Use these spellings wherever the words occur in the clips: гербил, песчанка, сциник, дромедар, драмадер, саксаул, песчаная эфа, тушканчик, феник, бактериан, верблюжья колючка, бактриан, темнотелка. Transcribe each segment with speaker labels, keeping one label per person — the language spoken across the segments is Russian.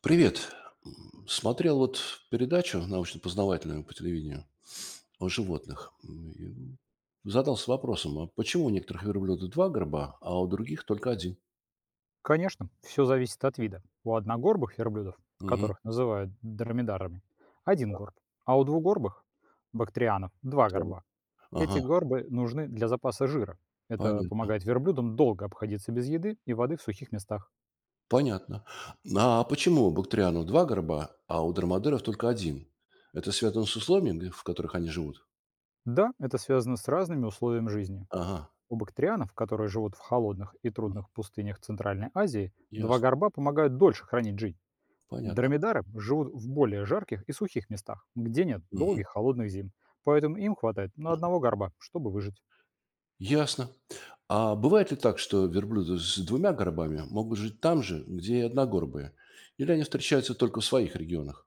Speaker 1: Привет. Смотрел вот передачу научно-познавательную по телевидению о животных. И, задался вопросом, а почему у некоторых верблюдов два горба, а у других только один?
Speaker 2: Конечно, все зависит от вида. У одногорбых верблюдов,
Speaker 1: Мгм.
Speaker 2: которых называют дромедарами, один горб, а у двугорбых, бактрианов, два
Speaker 1: Так.
Speaker 2: горба.
Speaker 1: Ага,
Speaker 2: Эти горбы нужны для запаса жира. Это
Speaker 1: понятно.
Speaker 2: помогает верблюдам долго обходиться без еды и воды в сухих местах.
Speaker 1: Понятно. А почему у бактерианов два горба, а у драмадеров только один? Это связано с условиями, в которых они живут?
Speaker 2: Да, это связано с разными условиями жизни.
Speaker 1: Ага,
Speaker 2: У бактрианов, которые живут в холодных и
Speaker 1: м,
Speaker 2: трудных пустынях Центральной Азии, два
Speaker 1: ясно,
Speaker 2: горба помогают дольше хранить жизнь.
Speaker 1: понятно.
Speaker 2: Дромедары живут в более жарких и сухих местах, где нет долгих холодных зим, поэтому им хватает на одного горба, чтобы выжить.
Speaker 1: Ясно. А бывает ли так, что верблюды с двумя горбами могут жить там же, где и одногорбые? Или они встречаются только в своих регионах?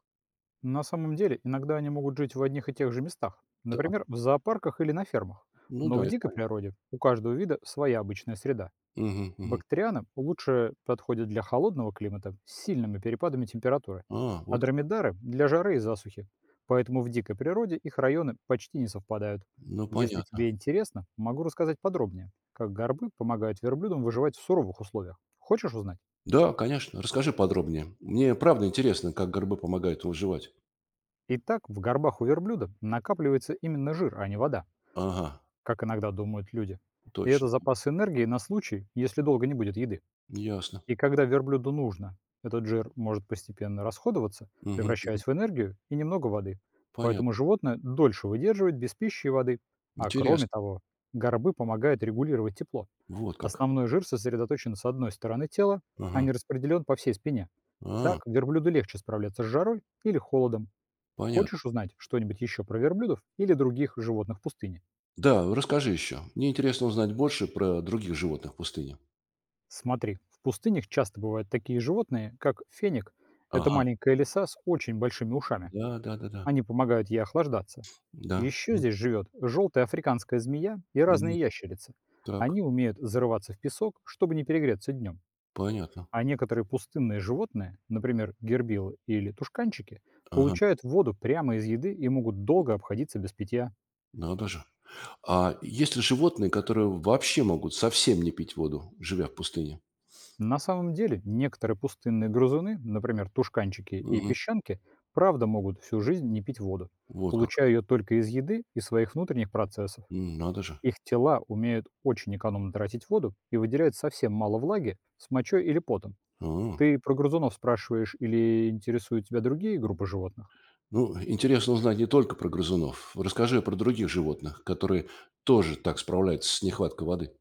Speaker 2: На самом деле, иногда они могут жить в одних и тех же местах,
Speaker 1: Так,
Speaker 2: например, в зоопарках или на фермах.
Speaker 1: ну
Speaker 2: Но
Speaker 1: да,
Speaker 2: в
Speaker 1: это
Speaker 2: дикой
Speaker 1: понятно.
Speaker 2: природе у каждого вида своя обычная среда.
Speaker 1: Мгм, мгм.
Speaker 2: Бактерианы лучше подходят для холодного климата с сильными перепадами температуры,
Speaker 1: А,
Speaker 2: а
Speaker 1: вот, как.
Speaker 2: дромедары– для жары и засухи. Поэтому в дикой природе их районы почти не совпадают.
Speaker 1: Ну,
Speaker 2: Если
Speaker 1: понятно.
Speaker 2: тебе интересно, могу рассказать подробнее, как горбы помогают верблюдам выживать в суровых условиях. Хочешь узнать?
Speaker 1: Да, конечно. Расскажи подробнее. Мне правда интересно, как горбы помогают выживать.
Speaker 2: Итак, в горбах у верблюда накапливается именно жир, а не вода,
Speaker 1: Ага,
Speaker 2: как иногда думают люди. И это
Speaker 1: точно.
Speaker 2: запас энергии на случай, если долго не будет еды.
Speaker 1: Ясно.
Speaker 2: И когда верблюду нужно, этот жир может постепенно расходоваться,
Speaker 1: Мгм,
Speaker 2: превращаясь
Speaker 1: мгм.
Speaker 2: в энергию и немного воды. Поэтому
Speaker 1: Понятно.
Speaker 2: животное дольше выдерживает без пищи и воды. А кроме
Speaker 1: Интересно.
Speaker 2: того, горбы помогают регулировать тепло.
Speaker 1: Вот как.
Speaker 2: Основной жир сосредоточен с одной стороны тела, а
Speaker 1: Ага.
Speaker 2: не распределен по всей спине.
Speaker 1: А,
Speaker 2: Так верблюду легче справляться с жарой или холодом.
Speaker 1: понятно.
Speaker 2: Хочешь узнать что-нибудь еще про верблюдов или других животных пустыни?
Speaker 1: Да, расскажи еще. Мне интересно узнать больше про других животных в пустыне.
Speaker 2: Смотри, в пустынях часто бывают такие животные, как феник. Это
Speaker 1: Ага.
Speaker 2: маленькая лиса с очень большими ушами.
Speaker 1: Да, да-да-да. Да.
Speaker 2: Они помогают ей охлаждаться.
Speaker 1: Да. Да.
Speaker 2: Еще
Speaker 1: Мгм.
Speaker 2: здесь живет желтая африканская змея и
Speaker 1: Мгм.
Speaker 2: разные ящерицы.
Speaker 1: Так,
Speaker 2: Они умеют зарываться в песок, чтобы не перегреться днем.
Speaker 1: понятно.
Speaker 2: А некоторые пустынные животные, например, гербилы или тушканчики,
Speaker 1: Ага,
Speaker 2: получают воду прямо из еды и могут долго обходиться без питья.
Speaker 1: надо же. А есть ли животные, которые вообще могут совсем не пить воду, живя в пустыне?
Speaker 2: На самом деле, некоторые пустынные грызуны, например, тушканчики и
Speaker 1: Мгм.
Speaker 2: песчанки, правда могут всю жизнь не пить воду,
Speaker 1: Вот как.
Speaker 2: получая ее только из еды и своих внутренних процессов.
Speaker 1: Надо же.
Speaker 2: Их тела умеют очень экономно тратить воду и выделяют совсем мало влаги с мочой или потом.
Speaker 1: А.
Speaker 2: Ты про грызунов спрашиваешь или интересуют тебя другие группы животных?
Speaker 1: Ну, интересно узнать не только про грызунов. Расскажи про других животных, которые тоже так справляются с нехваткой воды.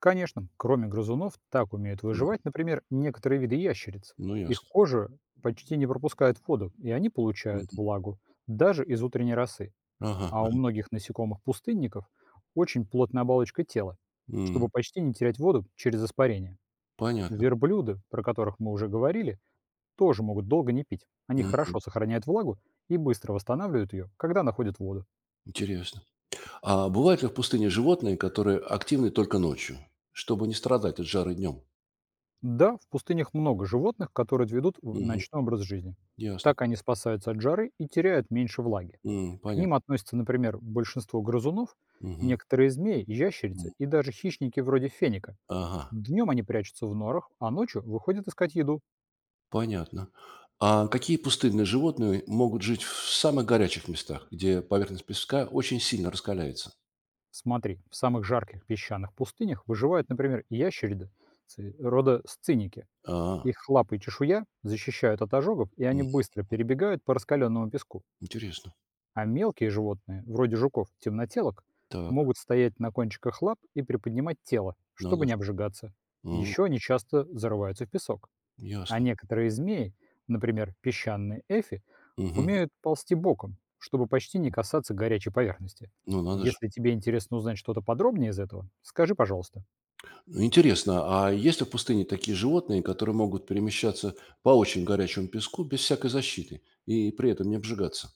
Speaker 2: Конечно, кроме грызунов, так умеют
Speaker 1: Мгм.
Speaker 2: выживать, например, некоторые виды ящериц.
Speaker 1: Ну,
Speaker 2: Их
Speaker 1: ясно.
Speaker 2: кожа почти не пропускает воду, и они получают
Speaker 1: Мгм.
Speaker 2: влагу даже из утренней росы.
Speaker 1: Ага,
Speaker 2: А у
Speaker 1: ага.
Speaker 2: многих насекомых-пустынников очень плотная оболочка тела,
Speaker 1: М,
Speaker 2: чтобы почти не терять воду через испарение.
Speaker 1: Понятно.
Speaker 2: Верблюды, про которых мы уже говорили, тоже могут долго не пить. Они
Speaker 1: М,
Speaker 2: хорошо сохраняют влагу и быстро восстанавливают ее, когда находят воду.
Speaker 1: Интересно. А бывают ли в пустыне животные, которые активны только ночью, чтобы не страдать от жары днем?
Speaker 2: Да, в пустынях много животных, которые ведут
Speaker 1: Мгм.
Speaker 2: ночной образ жизни.
Speaker 1: Ясно.
Speaker 2: Так они спасаются от жары и теряют меньше влаги.
Speaker 1: М,
Speaker 2: К ним
Speaker 1: Понятно.
Speaker 2: относятся, например, большинство грызунов,
Speaker 1: Мгм.
Speaker 2: некоторые змеи, ящерицы
Speaker 1: М.
Speaker 2: и даже хищники вроде феника.
Speaker 1: Ага,
Speaker 2: Днем они прячутся в норах, а ночью выходят искать еду.
Speaker 1: понятно. А какие пустынные животные могут жить в самых горячих местах, где поверхность песка очень сильно раскаляется?
Speaker 2: Смотри, в самых жарких песчаных пустынях выживают, например, ящериды рода сциники.
Speaker 1: А,
Speaker 2: Их лапы и чешуя защищают от ожогов, и они
Speaker 1: м,
Speaker 2: быстро перебегают по раскаленному песку.
Speaker 1: интересно.
Speaker 2: А мелкие животные, вроде жуков, темнотелок,
Speaker 1: Так,
Speaker 2: могут стоять на кончиках лап и приподнимать тело,
Speaker 1: надо
Speaker 2: чтобы не
Speaker 1: же.
Speaker 2: обжигаться.
Speaker 1: М,
Speaker 2: Еще они часто зарываются в песок. А
Speaker 1: Ясно.
Speaker 2: некоторые змеи, например, песчаные эфи,
Speaker 1: Мгм.
Speaker 2: умеют ползти боком, чтобы почти не касаться горячей поверхности.
Speaker 1: Ну, надо же.
Speaker 2: Если тебе интересно узнать что-то подробнее из этого, скажи, пожалуйста.
Speaker 1: Ну, интересно, а есть ли в пустыне такие животные, которые могут перемещаться по очень горячему песку без всякой защиты и при этом не обжигаться?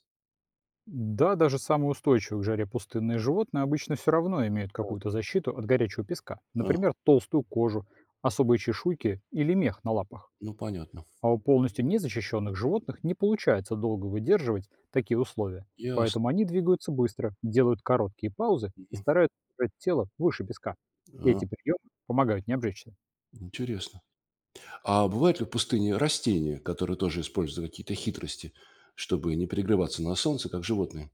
Speaker 2: Да, даже самые устойчивые к жаре пустынные животные обычно все равно имеют какую-то защиту от горячего песка.
Speaker 1: А,
Speaker 2: Например, толстую кожу, особые чешуйки или мех на лапах.
Speaker 1: ну, понятно.
Speaker 2: А у полностью незащищенных животных не получается долго выдерживать такие условия,
Speaker 1: Ясно.
Speaker 2: поэтому они двигаются быстро, делают короткие паузы и стараются держать тело выше песка.
Speaker 1: А,
Speaker 2: Эти приемы помогают не обжечься.
Speaker 1: интересно. А бывают ли в пустыне растения, которые тоже используют какие-то хитрости, чтобы не перегреваться на солнце, как животные?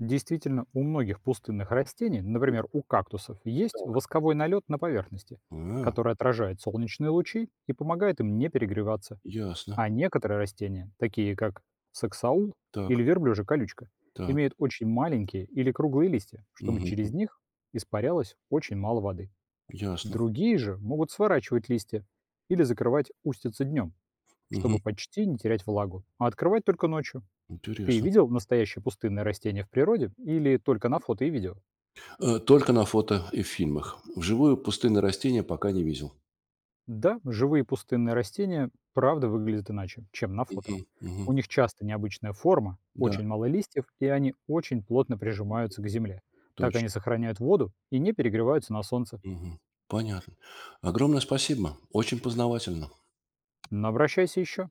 Speaker 2: Действительно, у многих пустынных растений, например, у кактусов, есть
Speaker 1: Так.
Speaker 2: восковой налет на поверхности,
Speaker 1: А,
Speaker 2: который отражает солнечные лучи и помогает им не перегреваться.
Speaker 1: ясно.
Speaker 2: А некоторые растения, такие как саксаул
Speaker 1: Так,
Speaker 2: или верблюжья колючка,
Speaker 1: так.
Speaker 2: имеют очень маленькие или круглые листья, чтобы
Speaker 1: Мгм.
Speaker 2: через них испарялось очень мало воды.
Speaker 1: Ясно.
Speaker 2: Другие же могут сворачивать листья или закрывать устицы днем,
Speaker 1: Мгм.
Speaker 2: чтобы почти не терять влагу, а открывать только ночью. Ты
Speaker 1: Интересно.
Speaker 2: видел настоящее пустынное растение в природе или только на фото и видео?
Speaker 1: Только на фото и в фильмах. Вживую пустынные растения пока не видел.
Speaker 2: Да, живые пустынные растения правда выглядят иначе, чем на фото.
Speaker 1: Мгм. Мгм.
Speaker 2: У них часто необычная форма,
Speaker 1: Да,
Speaker 2: очень мало листьев, и они очень плотно прижимаются к земле. Так они
Speaker 1: точно.
Speaker 2: сохраняют воду и не перегреваются на солнце.
Speaker 1: Мгм. Понятно. Огромное спасибо. Очень познавательно.
Speaker 2: Но обращайся еще.